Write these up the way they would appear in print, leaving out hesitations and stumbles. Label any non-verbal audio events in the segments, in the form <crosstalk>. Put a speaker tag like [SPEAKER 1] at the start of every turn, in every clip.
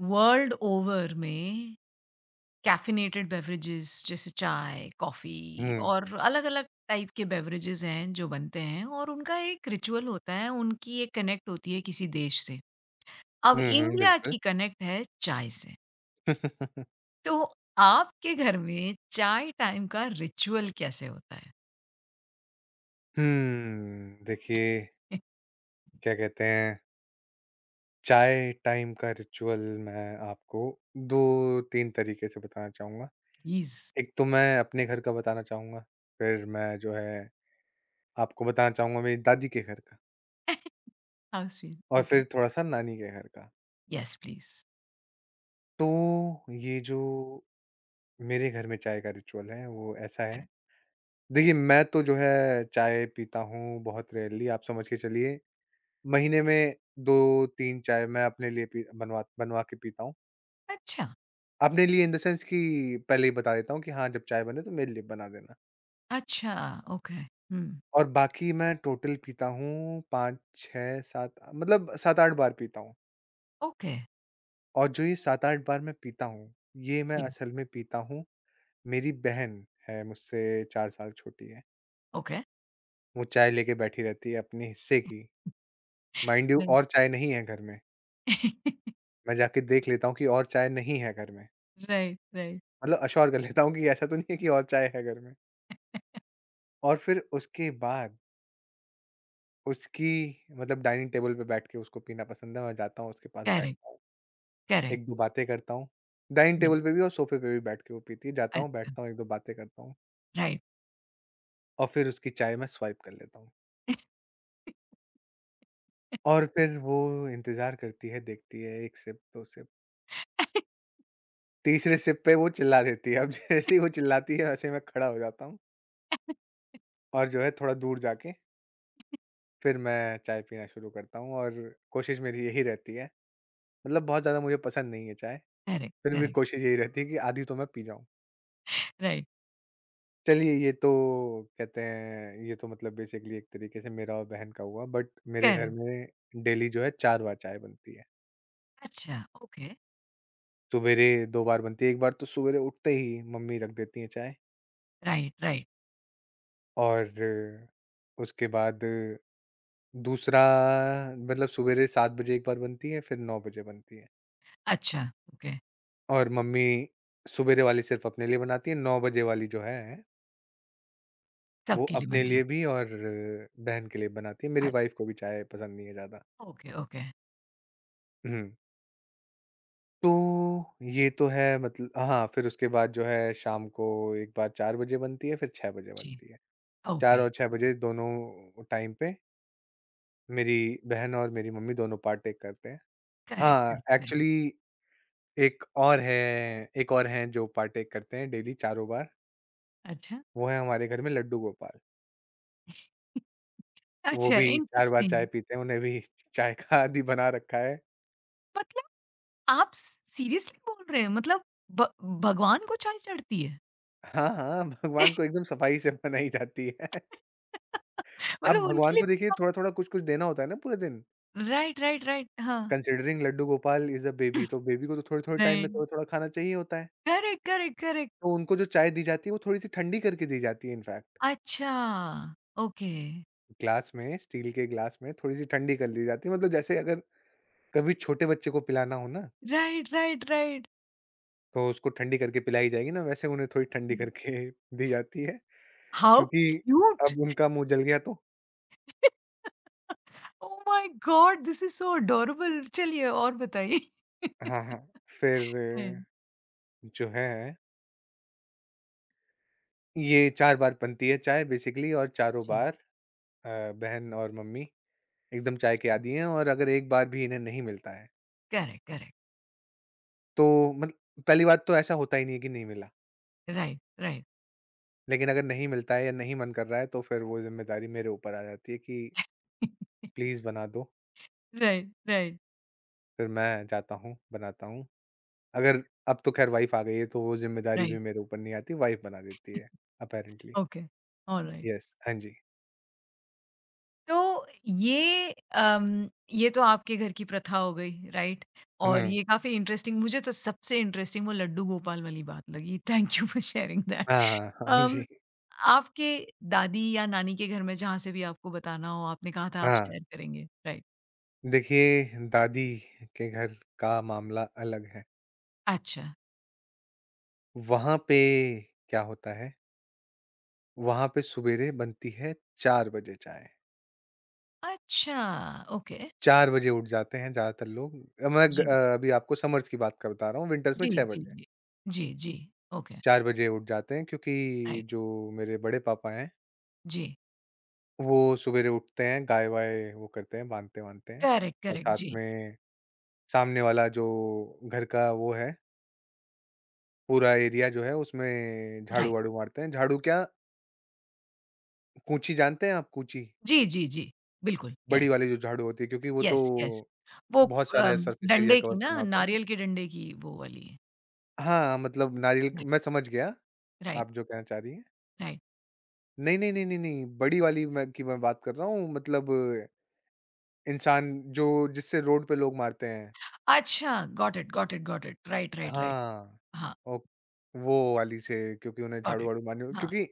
[SPEAKER 1] World over में caffeinated beverages जैसे चाय, कॉफ़ी
[SPEAKER 2] हुँ।
[SPEAKER 1] और अलग-अलग टाइप के बेवरेजेस हैं जो बनते हैं और उनका एक रिचुअल होता है, उनकी एक कनेक्ट होती है किसी देश से। अब
[SPEAKER 2] हुँ, हुँ,
[SPEAKER 1] इंडिया
[SPEAKER 2] बिल्कुल।
[SPEAKER 1] की कनेक्ट है चाय से।
[SPEAKER 2] <laughs>
[SPEAKER 1] तो आपके घर में चाय टाइम का रिचुअल कैसे होता है?
[SPEAKER 2] देखिए,
[SPEAKER 1] <laughs>
[SPEAKER 2] क्या कहते हैं, चाय टाइम का रिचुअल मैं आपको 2-3 तरीके से बताना चाहूँगा।
[SPEAKER 1] प्लीज़।
[SPEAKER 2] एक तो मैं अपने घर का बताना चाहूँगा, फिर मैं जो है आपको बताना चाहूँगा मेरी दादी के घर का,
[SPEAKER 1] हाउ स्वीट,
[SPEAKER 2] और
[SPEAKER 1] ओके।
[SPEAKER 2] फिर थोड़ा-सा नानी के घर का।
[SPEAKER 1] Yes please.
[SPEAKER 2] तो ये जो मेरे घर में चाय का रिचुअल है, वो ऐसा है।
[SPEAKER 1] करेक्ट।
[SPEAKER 2] देखिए, मैं तो जो है चाय पीता हूँ बहुत रेयरली, आप समझ के चलिए, महीने में 2-3 चाय मैं अपने लिए पी बनवा बनवा के पीता हूँ।
[SPEAKER 1] अच्छा,
[SPEAKER 2] अपने लिए इन द सेंस कि पहले ही बता देता हूँ कि हाँ, जब चाय बने तो मेरे लिए बना देना।
[SPEAKER 1] अच्छा, ओके। हुँ,
[SPEAKER 2] और बाकी मैं टोटल पीता हूँ 5, 6, 7, मतलब 7-8 बार पीता हूँ।
[SPEAKER 1] ओके।
[SPEAKER 2] और जो ये 7-8 बार मैं पीता हूँ, ये मैं
[SPEAKER 1] जी,
[SPEAKER 2] असल में पीता हूँ। मेरी बहन है, मुझसे 4 साल छोटी है।
[SPEAKER 1] ओके।
[SPEAKER 2] वो चाय लेके बैठी रहती है अपने हिस्से की। माइंड
[SPEAKER 1] राइट,
[SPEAKER 2] यू,
[SPEAKER 1] राइट,
[SPEAKER 2] और चाय नहीं है घर में।
[SPEAKER 1] <laughs>
[SPEAKER 2] मैं जाके देख लेता हूँ कि और चाय नहीं है घर में।
[SPEAKER 1] राइट।
[SPEAKER 2] मतलब अश्योर कर लेता हूँ कि ऐसा तो नहीं है कि और चाय है घर में। और फिर उसके बाद उसकी मतलब डाइनिंग टेबल पे बैठ के उसको पीना पसंद है, मैं जाता हूँ उसके पास
[SPEAKER 1] करेक्ट,
[SPEAKER 2] बैठता हूँ,
[SPEAKER 1] करेक्ट।
[SPEAKER 2] 1-2 बातें करता हूँ। डाइनिंग
[SPEAKER 1] हं।
[SPEAKER 2] टेबल पे भी और सोफ़े पे भी बैठ के वो पीती है, जाता हूँ,
[SPEAKER 1] अच्छा।
[SPEAKER 2] बैठता हूँ, 1-2 बातें करता हूँ,
[SPEAKER 1] राइट।
[SPEAKER 2] और फिर उसकी चाय मैं स्वाइप कर लेता हूँ। और फिर वो इंतज़ार करती है, देखती है 1 सिप, 2 सिप, तीसरे सिप पे वो चिल्ला देती है। अब जैसे ही वो चिल्लाती है वैसे ही मैं खड़ा हो जाता हूँ, और जो है थोड़ा दूर जाके फिर मैं चाय पीना शुरू करता हूँ, और कोशिश मेरी यही रहती है, मतलब बहुत ज़्यादा मुझे पसंद नहीं है चाय,
[SPEAKER 1] करेक्ट,
[SPEAKER 2] फिर भी
[SPEAKER 1] करेक्ट।
[SPEAKER 2] कोशिश यही रहती है कि आधी तो मैं पी जाऊँ।
[SPEAKER 1] राइट,
[SPEAKER 2] चलिए, ये तो कहते हैं, ये तो मतलब बेसिकली एक तरीके से मेरा और बहन का हुआ, बट मेरे घर
[SPEAKER 1] करेक्ट।
[SPEAKER 2] में डेली जो है 4 बार चाय बनती है।
[SPEAKER 1] <laughs> अच्छा, ओके।
[SPEAKER 2] सवेरे 2 बार बनती है, एक बार तो सवेरे उठते ही मम्मी रख देती हैं चाय,
[SPEAKER 1] राइट, राइट।
[SPEAKER 2] और उसके बाद दूसरा, मतलब सवेरे 7 बजे एक बार बनती है, फिर 9 बजे बनती है।
[SPEAKER 1] अच्छा, ओके।
[SPEAKER 2] और मम्मी सवेरे वाली सिर्फ़ अपने लिए बनाती हैं, 9 बजे वाली जो है वो
[SPEAKER 1] सबके लिए
[SPEAKER 2] अपने
[SPEAKER 1] बन जाओ।
[SPEAKER 2] लिए भी और बहन के लिए बनाती है। मेरी
[SPEAKER 1] अच्छा,
[SPEAKER 2] वाइफ़ को भी चाय पसंद नहीं है ज़्यादा।
[SPEAKER 1] Okay, okay.
[SPEAKER 2] हुँ। तो ये तो है मतल हाँ, फिर उसके बाद जो है शाम को एक बार 4 बजे बनती है, फिर 6 बजे
[SPEAKER 1] जी,
[SPEAKER 2] बनती है। 4
[SPEAKER 1] ओके।
[SPEAKER 2] और 6 बजे दोनों टाइम पे मेरी बहन और मेरी मम्मी दोनों पार्टेक करते हैं।
[SPEAKER 1] करेक्ट,
[SPEAKER 2] हाँ,
[SPEAKER 1] करेक्ट, करेक्ट।
[SPEAKER 2] एक्चुअली एक और है एक और हैं जो पार्टेक करते हैं डेली चारों बार,
[SPEAKER 1] अच्छा,
[SPEAKER 2] वो है हमारे घर में लड्डू गोपाल। वो
[SPEAKER 1] अच्छा,
[SPEAKER 2] भी 4 बार चाय
[SPEAKER 1] इंटरेस्टिंग।
[SPEAKER 2] पीते हैं, उन्हें भी <laughs> चाय का आदी बना रखा है।
[SPEAKER 1] मतलब आप सीरियसली बोल रहे हैं? मतलब भ भगवान को चाय चढ़ती है?
[SPEAKER 2] हाँ, हाँ, भगवान को
[SPEAKER 1] <laughs>
[SPEAKER 2] एकदम सफाई से <laughs> मनाई जाती है। <laughs> अब
[SPEAKER 1] मतलब उनके
[SPEAKER 2] भगवान
[SPEAKER 1] लिए।
[SPEAKER 2] को देखिए थोड़ा-थोड़ा, कुछ-कुछ देना होता है ना पूरे दिन।
[SPEAKER 1] Right, right, right. हाँ,
[SPEAKER 2] considering Laddu Gopal is a baby, तो बेबी को तो थोड़े-थोड़े टाइम में
[SPEAKER 1] राइट।
[SPEAKER 2] थोड़ा-थोड़ा खाना चाहिए होता है।
[SPEAKER 1] Correct, correct, correct.
[SPEAKER 2] तो उनको जो चाय दी जाती है, वो थोड़ी-सी ठंडी करके दी जाती है इनफैक्ट।
[SPEAKER 1] अच्छा, ओके।
[SPEAKER 2] ग्लास में, स्टील के ग्लास में थोड़ी-सी ठंडी कर दी जाती है। मतलब जैसे अगर कभी छोटे बच्चे को पिलाना हो ना,
[SPEAKER 1] राइट, राइट, राइट।
[SPEAKER 2] तो उसको ठंडी करके पिलाई जाएगी ना, वैसे उन्हें थोड़ी ठंडी करके <laughs> दी जाती है,
[SPEAKER 1] हाउ
[SPEAKER 2] क्योंकि
[SPEAKER 1] क्यूट!
[SPEAKER 2] अब उनका मुँह जल गया तो।
[SPEAKER 1] Oh my god! This is so adorable, चलिए और बताइए?
[SPEAKER 2] हाँ,
[SPEAKER 1] <laughs>
[SPEAKER 2] हाँ। फिर
[SPEAKER 1] हुँ,
[SPEAKER 2] जो है ये 4 बार बनती है चाय बेसिकली, और चारों
[SPEAKER 1] जी,
[SPEAKER 2] बार बहन और मम्मी एकदम चाय के आदी हैं, और अगर एक बार भी इन्हें नहीं मिलता है,
[SPEAKER 1] करेक्ट, करेक्ट,
[SPEAKER 2] तो मतलब पहली बात तो ऐसा होता ही नहीं है कि नहीं मिला।
[SPEAKER 1] राइट, राइट,
[SPEAKER 2] लेकिन अगर नहीं मिलता है या नहीं मन कर रहा है तो फिर वो ज़िम्मेदारी मेरे ऊपर आ जाती है कि प्लीज़ बना दो,
[SPEAKER 1] राइट, राइट,
[SPEAKER 2] फिर मैं जाता हूँ, बनाता हूँ। अगर अब तो ख़ैर वाइफ़ आ गई है तो वो ज़िम्मेदारी भी
[SPEAKER 1] राइट,
[SPEAKER 2] मेरे ऊपर नहीं आती, वाइफ़ बना देती है, अपैरेंटली।
[SPEAKER 1] Okay, alright. <laughs>
[SPEAKER 2] येस, हाँ जी।
[SPEAKER 1] तो ये ये तो आपके घर की प्रथा हो गई, राइट? और
[SPEAKER 2] हुँ।
[SPEAKER 1] ये काफ़ी इंटरेस्टिंग, मुझे तो सबसे इंटरेस्टिंग वो लड्डू गोपाल वाली बात लगी। Thank you for sharing that.
[SPEAKER 2] हाँ, हाँ, हाँ जी।
[SPEAKER 1] अम, आपके दादी या नानी के घर में, जहाँ से भी आपको बताना हो, आपने कहा था आप
[SPEAKER 2] हाँ।
[SPEAKER 1] शेयर करेंगे, राइट?
[SPEAKER 2] देखिए, दादी के घर का मामला अलग है।
[SPEAKER 1] अच्छा,
[SPEAKER 2] वहाँ पे क्या होता है, वहाँ पे सुबेरे बनती है 4 बजे चाय।
[SPEAKER 1] अच्छा, ओके।
[SPEAKER 2] 4 बजे उठ जाते हैं ज़्यादातर लोग।
[SPEAKER 1] जी,
[SPEAKER 2] अभी आपको समर्स की बात का बता रहा हूँ, विंटर्स में
[SPEAKER 1] जी,
[SPEAKER 2] 6
[SPEAKER 1] जी,
[SPEAKER 2] बजे।
[SPEAKER 1] जी। जी, जी, ओके,
[SPEAKER 2] 4 बजे उठ जाते हैं क्योंकि
[SPEAKER 1] राइट,
[SPEAKER 2] जो मेरे बड़े पापा हैं,
[SPEAKER 1] जी,
[SPEAKER 2] वो सुबेरे उठते हैं, गाय-वाय वो करते हैं, बाँधते-वाँधते हैं।
[SPEAKER 1] करेक्ट,
[SPEAKER 2] और
[SPEAKER 1] करेक्ट,
[SPEAKER 2] साथ
[SPEAKER 1] जी,
[SPEAKER 2] में सामने वाला जो घर का वो है, पूरा एरिया जो है उसमें
[SPEAKER 1] राइट।
[SPEAKER 2] झाड़ू-वाड़ू मारते हैं। झाड़ू क्या, कूंची जानते हैं आप कूंची?
[SPEAKER 1] जी, जी, जी, बिल्कुल, या,
[SPEAKER 2] बड़ी वाली जो झाड़ू होती है, क्योंकि वो तो
[SPEAKER 1] येस, येस। वो
[SPEAKER 2] बहुत सारा सरफेस एरिया
[SPEAKER 1] डंडे
[SPEAKER 2] कवर
[SPEAKER 1] की ना,
[SPEAKER 2] करना होता है ना।
[SPEAKER 1] नारियल के डंडे की वो वाली है।
[SPEAKER 2] हाँ, मतलब नारियल क
[SPEAKER 1] राइट,
[SPEAKER 2] मैं समझ गया
[SPEAKER 1] राइट,
[SPEAKER 2] आप जो कहना चाह रही हैं।
[SPEAKER 1] राइट।
[SPEAKER 2] नहीं, नहीं, नहीं, नहीं, नहीं, बड़ी वाली मैं बात कर रहा हूँ, मतलब इंसान जो जिससे रोड पे लोग मारते हैं।
[SPEAKER 1] अच्छा, got it, got it, got it, right, right, right.
[SPEAKER 2] हाँ,
[SPEAKER 1] हाँ,
[SPEAKER 2] ओ वो वाली से क्योंकि उन्हें
[SPEAKER 1] गॉट इट।
[SPEAKER 2] झाड़ू-वाड़ू मारनी हो,
[SPEAKER 1] हाँ,
[SPEAKER 2] क्योंकि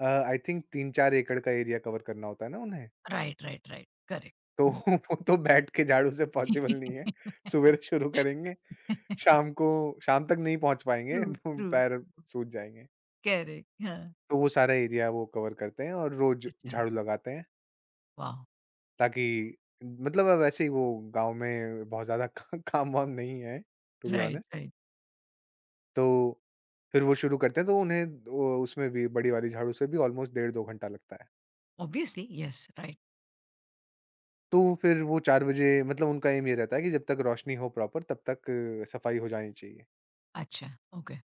[SPEAKER 2] आई थिंक 3-4 एकड़ का एरिया कवर करना होता है ना उन्हें।
[SPEAKER 1] राइट, राइट, राइट, करेक्ट,
[SPEAKER 2] तो
[SPEAKER 1] हुँ।
[SPEAKER 2] <laughs> वो तो बैठ के झाड़ू से पॉसिबल नहीं है।
[SPEAKER 1] <laughs>
[SPEAKER 2] सुबह शुरू करेंगे। शाम को शाम तक नहीं पहुँच
[SPEAKER 1] ट्रू,
[SPEAKER 2] पाएँगे, <laughs>
[SPEAKER 1] ट्रू,
[SPEAKER 2] पैर सूज जाएँगे।
[SPEAKER 1] करेक्ट, <laughs> हाँ,
[SPEAKER 2] तो वो सारा एरिया वो कवर करते हैं और रोज़
[SPEAKER 1] अच्छा,
[SPEAKER 2] झाड़ू लगाते हैं,
[SPEAKER 1] वाओ!
[SPEAKER 2] ताकि मतलब अब वैसे ही वो गाँव में बहुत ज़्यादा <laughs> का काम-वाम नहीं है, to be
[SPEAKER 1] right,
[SPEAKER 2] honest.
[SPEAKER 1] Right.
[SPEAKER 2] तो फिर वो शुरू करते हैं, तो उन्हें वो उसमें भी बड़ी वाली झाड़ू से भी ऑलमोस्ट डेढ़ 2 घंटा लगता है।
[SPEAKER 1] Obviously, yes, right.
[SPEAKER 2] तो फिर वो 4 बजे, मतलब उनका एम ये रहता है कि जब तक रोशनी हो प्रॉपर तब तक सफाई हो जानी चाहिए।
[SPEAKER 1] अच्छा, ओके,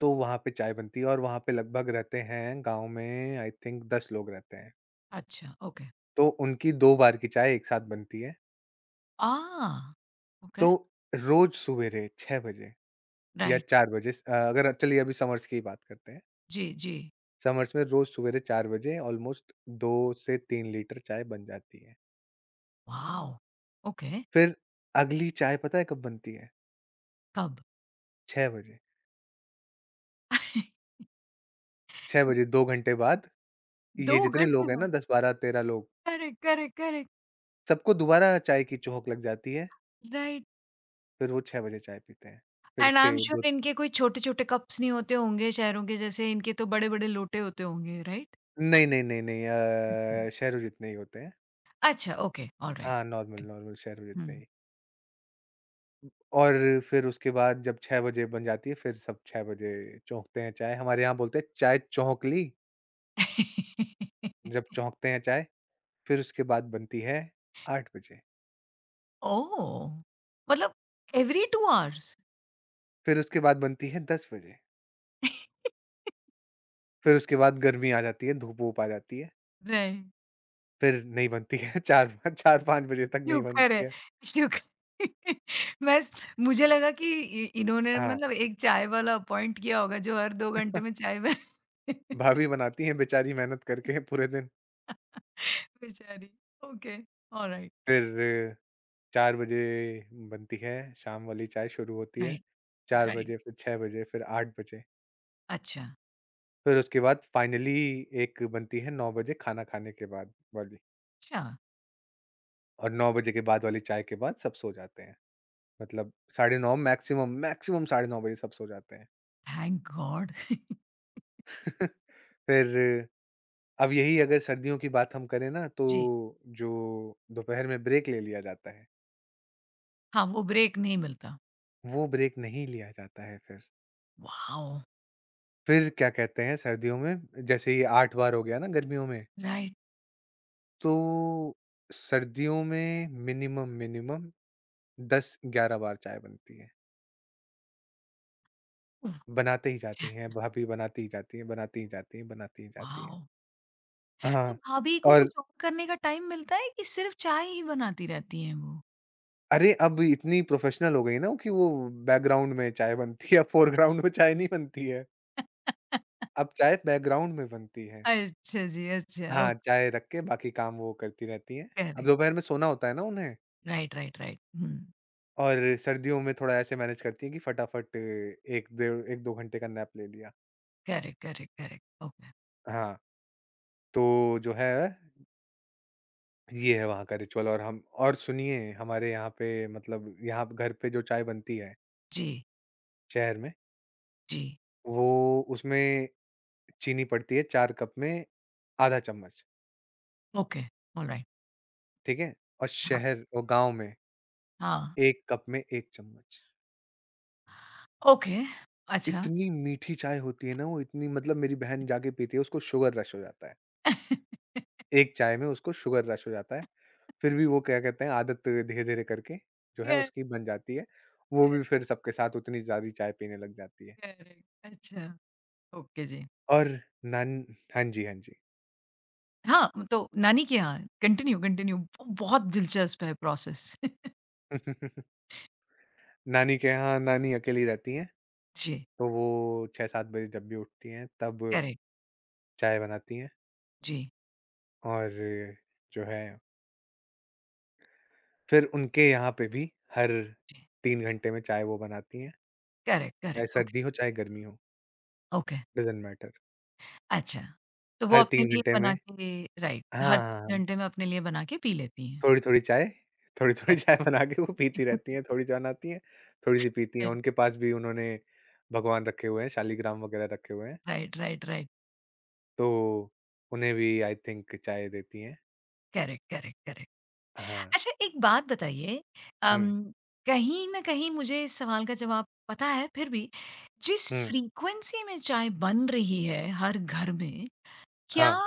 [SPEAKER 2] तो वहाँ पे चाय बनती है, और वहाँ पे लगभग रहते हैं गाँव में आई थिंक 10 लोग रहते हैं।
[SPEAKER 1] अच्छा, ओके।
[SPEAKER 2] तो उनकी 2 बार की चाय एक साथ बनती है।
[SPEAKER 1] आह!
[SPEAKER 2] तो
[SPEAKER 1] ओके,
[SPEAKER 2] रोज़ सवेरे 6 बजे या
[SPEAKER 1] राइट।
[SPEAKER 2] 4 बजे अगर चलिए अभी समर्स की ही बात करते हैं।
[SPEAKER 1] जी, जी।
[SPEAKER 2] समर्स में रोज़ सवेरे 4 बजे ऑलमोस्ट 2 से 3 लीटर चाय बन जाती है।
[SPEAKER 1] वॉव! ओके,
[SPEAKER 2] फिर अगली चाय पता है कब बनती है?
[SPEAKER 1] कब?
[SPEAKER 2] 6 बजे।
[SPEAKER 1] <laughs>
[SPEAKER 2] 6 बजे, 2 घंटे बाद
[SPEAKER 1] 2
[SPEAKER 2] ये जितने
[SPEAKER 1] घंटे
[SPEAKER 2] लोग हैं ना
[SPEAKER 1] बाद।
[SPEAKER 2] 10, 12, 13 लोग,
[SPEAKER 1] करेक्ट, करेक्ट, करेक्ट,
[SPEAKER 2] सबको दोबारा चाय की चौक लग जाती है।
[SPEAKER 1] राइट।
[SPEAKER 2] फिर वो 6 बजे चाय पीते हैं। फिर
[SPEAKER 1] एंड आई
[SPEAKER 2] से
[SPEAKER 1] एम
[SPEAKER 2] दो
[SPEAKER 1] श्योर, इनके कोई छोटे-छोटे कप्स नहीं होते होंगे शहरों के जैसे, इनके तो बड़े-बड़े लोटे होते होंगे, राइट?
[SPEAKER 2] नहीं, नहीं, नहीं, नहीं,
[SPEAKER 1] अच्छा,
[SPEAKER 2] शहरों जितने ही होते हैं।
[SPEAKER 1] अच्छा, ओके, ऑलराइट।
[SPEAKER 2] हाँ, नॉर्मल, नॉर्मल शहरों जितने
[SPEAKER 1] हुँ।
[SPEAKER 2] ही। और फिर उसके बाद जब 6 बजे बन जाती है, फिर सब 6 बजे चौंकते हैं चाय। हमारे यहाँ बोलते हैं चाय चौंक ली,
[SPEAKER 1] ओह!
[SPEAKER 2] जब
[SPEAKER 1] <laughs>
[SPEAKER 2] चौंकते हैं चाय, फिर उसके बाद बनती है 8 बजे,
[SPEAKER 1] मतलब एवरी 2 आवर्स?
[SPEAKER 2] फिर उसके बाद बनती है 10 बजे,
[SPEAKER 1] राइट। <laughs>
[SPEAKER 2] फिर उसके बाद गर्मी आ जाती है, धूप-वूप आ जाती है, फिर नहीं बनती है <laughs> 4 4-5 बजे तक नहीं
[SPEAKER 1] शुक्र
[SPEAKER 2] बनती
[SPEAKER 1] है,
[SPEAKER 2] है।
[SPEAKER 1] शुक्र। <laughs> मैं स मुझे लगा कि इ इन्होंने
[SPEAKER 2] हाँ,
[SPEAKER 1] मतलब एक चाय वाला अपॉइंट किया होगा जो हर 2 घंटे में चाय बना। <laughs>
[SPEAKER 2] भाभी बनाती हैं बेचारी मेहनत करके <laughs> पूरे दिन।
[SPEAKER 1] बेचारी। ओके, ऑलराइट,
[SPEAKER 2] फिर 4 बजे बनती है, शाम वाली चाय शुरू होती है,
[SPEAKER 1] राइट,
[SPEAKER 2] 4
[SPEAKER 1] राइट।
[SPEAKER 2] बजे, फिर 6 बजे, फिर 8 बजे।
[SPEAKER 1] अच्छा,
[SPEAKER 2] फिर उसके बाद फाइनली एक बनती है 9 बजे खाना खाने के बाद वाली,
[SPEAKER 1] अच्छा,
[SPEAKER 2] और 9 बजे के बाद वाली चाय के बाद सब सो जाते हैं। मतलब 9:30 मैक्सिमम, मैक्सिमम 9:30 बजे सब सो जाते हैं।
[SPEAKER 1] Thank god. <laughs>
[SPEAKER 2] <laughs> फिर अब यही अगर सर्दियों की बात हम करें ना, तो
[SPEAKER 1] जी,
[SPEAKER 2] जो दोपहर में ब्रेक ले लिया जाता है,
[SPEAKER 1] हाँ, वो ब्रेक नहीं मिलता।
[SPEAKER 2] वो ब्रेक नहीं लिया जाता है फिर।
[SPEAKER 1] वॉव!
[SPEAKER 2] फिर क्या कहते हैं सर्दियों में, जैसे ये 8 बार हो गया ना गर्मियों में,
[SPEAKER 1] राइट,
[SPEAKER 2] तो सर्दियों में मिनिमम, मिनिमम 10-11 बार चाय बनती है। बनाते ही जाती हैं, भाभी बनाती ही जाती हैं, बनाती ही जाती हैं, बनाती ही जाती हैं।
[SPEAKER 1] वॉव! तो
[SPEAKER 2] हाँ,
[SPEAKER 1] भाभी को
[SPEAKER 2] और
[SPEAKER 1] कुछ और करने का टाइम मिलता है, कि सिर्फ़ चाय ही बनाती रहती हैं वो?
[SPEAKER 2] अरे अब इतनी प्रोफेशनल हो गई ना कि वो बैकग्राउंड में चाय बनती है, फोरग्राउंड में चाय नहीं बनती है।
[SPEAKER 1] <laughs>
[SPEAKER 2] अब चाय बैकग्राउंड में बनती है।
[SPEAKER 1] अच्छा जी, अच्छा,
[SPEAKER 2] हाँ,
[SPEAKER 1] ओके,
[SPEAKER 2] चाय रख के बाकी काम वो करती रहती हैं। अब
[SPEAKER 1] करेक्ट।
[SPEAKER 2] दोपहर में सोना होता है ना उन्हें,
[SPEAKER 1] राइट, राइट, राइट। हुँ।
[SPEAKER 2] और सर्दियों में थोड़ा ऐसे मैनेज करती हैं कि फटाफट 1 डेढ़ 1-2 घंटे का नैप ले लिया।
[SPEAKER 1] करेक्ट, करेक्ट, करेक्ट, ओके,
[SPEAKER 2] हाँ, तो जो है ये है वहाँ का रिचुअल, और हम और सुनिए हमारे यहाँ पे, मतलब यहाँ पे घर पे जो चाय बनती है
[SPEAKER 1] जी,
[SPEAKER 2] शहर में,
[SPEAKER 1] जी,
[SPEAKER 2] वो उसमें चीनी पड़ती है 4 कप में आधा चम्मच,
[SPEAKER 1] ओके, ऑलराइट,
[SPEAKER 2] ठीक है? और
[SPEAKER 1] हाँ,
[SPEAKER 2] शहर और गाँव में
[SPEAKER 1] हाँ,
[SPEAKER 2] 1 कप में 1 चम्मच।
[SPEAKER 1] ओके, अच्छा।
[SPEAKER 2] इतनी मीठी चाय होती है ना वो, इतनी मतलब मेरी बहन जाके पीती है उसको शुगर रश हो जाता है।
[SPEAKER 1] <laughs>
[SPEAKER 2] एक चाय में उसको शुगर रश हो जाता है, फिर भी वो क्या कहते हैं, आदत धीरे-धीरे करके जो है
[SPEAKER 1] करेक्ट,
[SPEAKER 2] उसकी बन जाती है। वो भी
[SPEAKER 1] करेक्ट,
[SPEAKER 2] फिर सबके साथ उतनी सारी चाय पीने लग जाती है।
[SPEAKER 1] करेक्ट, अच्छा, ओके जी।
[SPEAKER 2] और नान हाँ जी, हाँ जी।
[SPEAKER 1] हाँ, तो नानी के यहाँ कंटिन्यू कंटिन्यू ब बहुत दिलचस्प है प्रोसेस। <laughs>
[SPEAKER 2] <laughs> नानी के यहाँ नानी अकेली रहती हैं,
[SPEAKER 1] जी,
[SPEAKER 2] तो वो 6-7 बजे जब भी उठती हैं, तब
[SPEAKER 1] करेक्ट,
[SPEAKER 2] चाय बनाती हैं,
[SPEAKER 1] जी,
[SPEAKER 2] और जो है, फिर उनके यहाँ पे भी हर
[SPEAKER 1] जी,
[SPEAKER 2] 3 घंटे में चाय वो बनाती हैं,
[SPEAKER 1] करेक्ट,
[SPEAKER 2] चाहे
[SPEAKER 1] करेक्ट, ओके,
[SPEAKER 2] सर्दी हो, चाहे गर्मी हो,
[SPEAKER 1] ओके,
[SPEAKER 2] डज़न्ट मैटर।
[SPEAKER 1] अच्छा, तो वो
[SPEAKER 2] हर
[SPEAKER 1] अपने
[SPEAKER 2] 3
[SPEAKER 1] लिए
[SPEAKER 2] घंटे
[SPEAKER 1] बना
[SPEAKER 2] में,
[SPEAKER 1] के। राइट,
[SPEAKER 2] हाँ,
[SPEAKER 1] हर
[SPEAKER 2] हाँ,
[SPEAKER 1] 3
[SPEAKER 2] हाँ,
[SPEAKER 1] घंटे में अपने लिए बना के पी लेती हैं।
[SPEAKER 2] थोड़ी-थोड़ी चाय थोड़ी-थोड़ी चाय बना के वो पीती रहती
[SPEAKER 1] <laughs>
[SPEAKER 2] हैं, थोड़ी चाय बनाती हैं, थोड़ी-सी पीती हैं।
[SPEAKER 1] करेक्ट,
[SPEAKER 2] उनके पास भी उन्होंने भगवान रखे हुए हैं, शालीग्राम वगैरह रखे हुए हैं।
[SPEAKER 1] राइट, राइट, राइट, राइट,
[SPEAKER 2] तो उन्हें भी आई थिंक चाय देती हैं।
[SPEAKER 1] Correct, correct, correct.
[SPEAKER 2] हाँ।
[SPEAKER 1] अच्छा, एक बात बताइए।
[SPEAKER 2] हुँ,
[SPEAKER 1] अम, कहीं न कहीं मुझे इस सवाल का जवाब पता है फिर भी, जिस
[SPEAKER 2] हुँ,
[SPEAKER 1] फ्रीक्वेंसी में चाय बन रही है हर घर में, क्या
[SPEAKER 2] हाँ।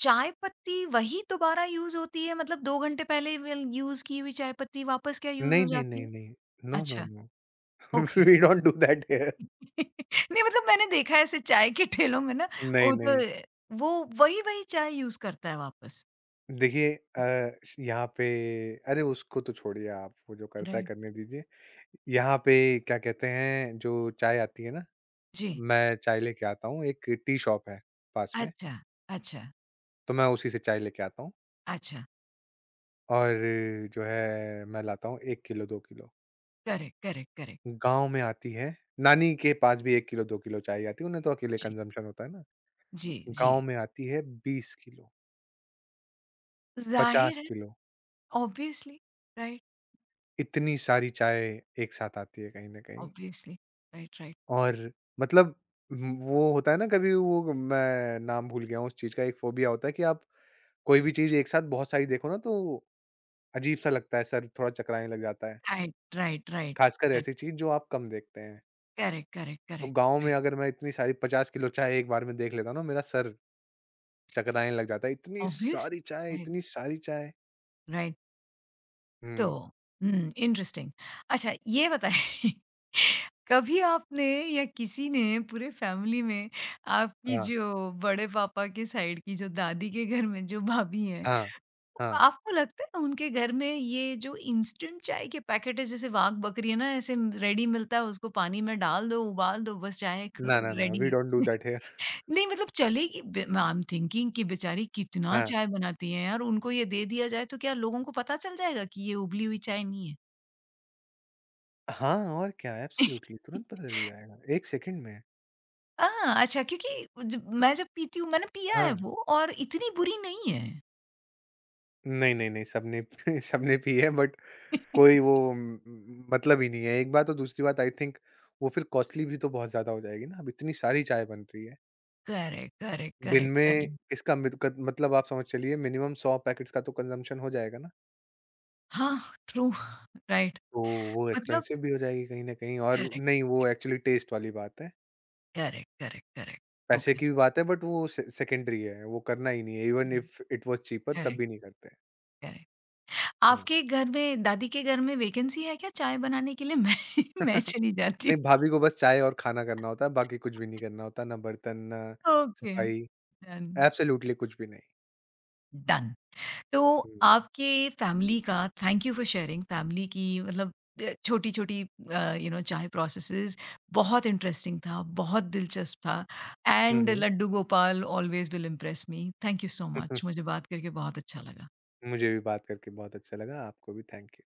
[SPEAKER 1] चाय पत्ती वही दोबारा यूज़ होती है? मतलब 2 घंटे पहले वेल यूज़ की हुई चाय पत्ती वापस क्या यूज़
[SPEAKER 2] नहीं,
[SPEAKER 1] हो
[SPEAKER 2] नहीं,
[SPEAKER 1] जाती
[SPEAKER 2] नहीं,
[SPEAKER 1] है?
[SPEAKER 2] नहीं। नो, नो,
[SPEAKER 1] अच्छा,
[SPEAKER 2] no. <laughs>
[SPEAKER 1] Okay.
[SPEAKER 2] We don't do that here.
[SPEAKER 1] <laughs> नहीं, मतलब मैंने देखा है ऐसे चाय के ठेलों में ना,
[SPEAKER 2] <laughs> नहीं,
[SPEAKER 1] वो तो
[SPEAKER 2] नहीं।
[SPEAKER 1] वो वही-वही चाय यूज़ करता है वापस।
[SPEAKER 2] देखिए, अ, श यहाँ पे अरे उसको तो छोड़िए आप, वो जो करता है
[SPEAKER 1] राइट।
[SPEAKER 2] करने दीजिए। यहाँ पे क्या कहते हैं, जो चाय आती है ना,
[SPEAKER 1] जी।
[SPEAKER 2] मैं चाय लेके आता हूँ, एक टी शॉप है पास में,
[SPEAKER 1] अच्छा, अच्छा,
[SPEAKER 2] तो मैं उसी से चाय लेके आता हूँ,
[SPEAKER 1] अच्छा।
[SPEAKER 2] और जो है मैं लाता हूँ 1 kilo, 2 kilo.
[SPEAKER 1] Correct, correct, correct.
[SPEAKER 2] गाँव में आती है, नानी के पास भी 1 किलो 2 किलो चाहिए आती है, उन्हें तो अकेले
[SPEAKER 1] जी।
[SPEAKER 2] कंज़म्पशन होता है ना।
[SPEAKER 1] जी,
[SPEAKER 2] गाँव
[SPEAKER 1] जी।
[SPEAKER 2] में आती है 20 किलो,
[SPEAKER 1] ज़ाहिर
[SPEAKER 2] 50
[SPEAKER 1] है।
[SPEAKER 2] Kilo,
[SPEAKER 1] obviously. राइट,
[SPEAKER 2] इतनी सारी चाय एक साथ आती है कहीं न कहीं,
[SPEAKER 1] ऑब्वियसली। राइट, राइट,
[SPEAKER 2] और मतलब वो होता है ना, कभी वो मैं नाम भूल गया हूँ उस चीज़ का, एक फ़ोबिया होता है कि आप कोई भी चीज़ एक साथ बहुत सारी देखो ना तो अजीब-सा लगता है, सर थोड़ा चकराने लग जाता है,
[SPEAKER 1] राइट, राइट, राइट,
[SPEAKER 2] ख़ासकर
[SPEAKER 1] राइट,
[SPEAKER 2] ऐसी चीज़ जो आप कम देखते हैं।
[SPEAKER 1] करेक्ट, करेक्ट,
[SPEAKER 2] तो
[SPEAKER 1] करेक्ट,
[SPEAKER 2] गाँव में
[SPEAKER 1] राइट,
[SPEAKER 2] अगर मैं इतनी सारी 50 किलो चाय एक बार में देख लेता हूँ ना, मेरा सर चकनाने लग जाता है, इतनी
[SPEAKER 1] ऑब्वियसली।
[SPEAKER 2] सारी चाय,
[SPEAKER 1] राइट,
[SPEAKER 2] इतनी सारी चाय।
[SPEAKER 1] राइट। तो
[SPEAKER 2] हुँ,
[SPEAKER 1] हुँ, इंटरेस्टिंग। अच्छा, ये बताइए, <laughs> कभी आपने या किसी ने पूरे फैमिली में, आपकी
[SPEAKER 2] हाँ,
[SPEAKER 1] जो बड़े पापा के साइड की जो दादी के घर में जो भाभी हैं,
[SPEAKER 2] हाँ, हाँ।
[SPEAKER 1] आपको लगता है उनके घर में ये जो इंस्टेंट चाय के पैकेट है, जैसे वाघ बकरी है ना, ऐसे रेडी मिलता है, उसको पानी में डाल दो, उबाल दो, बस
[SPEAKER 2] ना, ना, ना,
[SPEAKER 1] रेडी
[SPEAKER 2] वी
[SPEAKER 1] है।
[SPEAKER 2] Don't do
[SPEAKER 1] <laughs>
[SPEAKER 2] that here.
[SPEAKER 1] नहीं मतलब चलेगी। आई एम थिंकिंग कि बेचारी कितना
[SPEAKER 2] हाँ।
[SPEAKER 1] चाय बनाती है यार, उनको ये दे दिया जाए तो क्या लोगों को पता चल जाएगा कि ये उबली हुई चाय नहीं है?
[SPEAKER 2] हाँ, और क्या एब्सोल्युटली तुरंत पता चल
[SPEAKER 1] <laughs>
[SPEAKER 2] जाएगा, 1 सेकंड में।
[SPEAKER 1] हाँ, अच्छा, क्योंकि जब- मैं जब पीती हूँ, मैंने पिया
[SPEAKER 2] हाँ।
[SPEAKER 1] है वो, और इतनी बुरी नहीं है।
[SPEAKER 2] नहीं, नहीं, नहीं, सबने <laughs> सबने पी है बट कोई वो
[SPEAKER 1] <laughs>
[SPEAKER 2] म म मतलब ही नहीं है, एक बात, और दूसरी बात आई थिंक वो फिर कॉस्टली भी तो बहुत ज़्यादा हो जाएगी ना, अब इतनी सारी चाय बन रही है।
[SPEAKER 1] करेक्ट, करेक्ट,
[SPEAKER 2] दिन
[SPEAKER 1] करेक्ट,
[SPEAKER 2] में
[SPEAKER 1] करेक्ट।
[SPEAKER 2] इसका मित कत मतलब आप समझ चलिए मिनिमम 100 पैकेट्स का तो कंजम्पशन हो जाएगा ना।
[SPEAKER 1] हाँ, ट्रू। राइट।
[SPEAKER 2] तो वो
[SPEAKER 1] मतलब
[SPEAKER 2] एक्सपेंसिव भी हो जाएगी कहीं न कहीं, और
[SPEAKER 1] करेक्ट,
[SPEAKER 2] नहीं वो एक्चुअली टेस्ट वाली बात है।
[SPEAKER 1] करेक्ट, करेक्ट, करेक्ट,
[SPEAKER 2] पैसे
[SPEAKER 1] ओके।
[SPEAKER 2] की भी बात है बट वो से सेकेंडरी है, वो करना ही नहीं है, इवन
[SPEAKER 1] हुँ।
[SPEAKER 2] इफ इट वाज़ चीपर तब
[SPEAKER 1] करेक्ट,
[SPEAKER 2] भी नहीं करते।
[SPEAKER 1] करेक्ट।
[SPEAKER 2] हुँ।
[SPEAKER 1] आपके घर में, दादी के घर में वैकेंसी है क्या चाय बनाने के लिए? मैं <laughs> मैं
[SPEAKER 2] <laughs>
[SPEAKER 1] चली जाती
[SPEAKER 2] नहीं,
[SPEAKER 1] हूँ।
[SPEAKER 2] भाभी को बस चाय और खाना करना होता है, बाकी कुछ भी नहीं करना होता, ना बर्तन, ना
[SPEAKER 1] ओके,
[SPEAKER 2] सफाई,
[SPEAKER 1] डन,
[SPEAKER 2] एब्सोल्यूटली कुछ भी नहीं।
[SPEAKER 1] डन। तो
[SPEAKER 2] हुँ।
[SPEAKER 1] आपके फैमिली का, thank you for sharing, family की मतलब छोटी-छोटी यू नो चाय प्रोसेसेस बहुत इंटरेस्टिंग था, बहुत दिलचस्प था,
[SPEAKER 2] हुँ,
[SPEAKER 1] एंड
[SPEAKER 2] हुँ।
[SPEAKER 1] Laddu Gopal always will impress me. Thank you so much,
[SPEAKER 2] <laughs>
[SPEAKER 1] मुझे बात करके बहुत अच्छा लगा।
[SPEAKER 2] मुझे भी बात करके बहुत अच्छा लगा, आपको भी थैंक यू।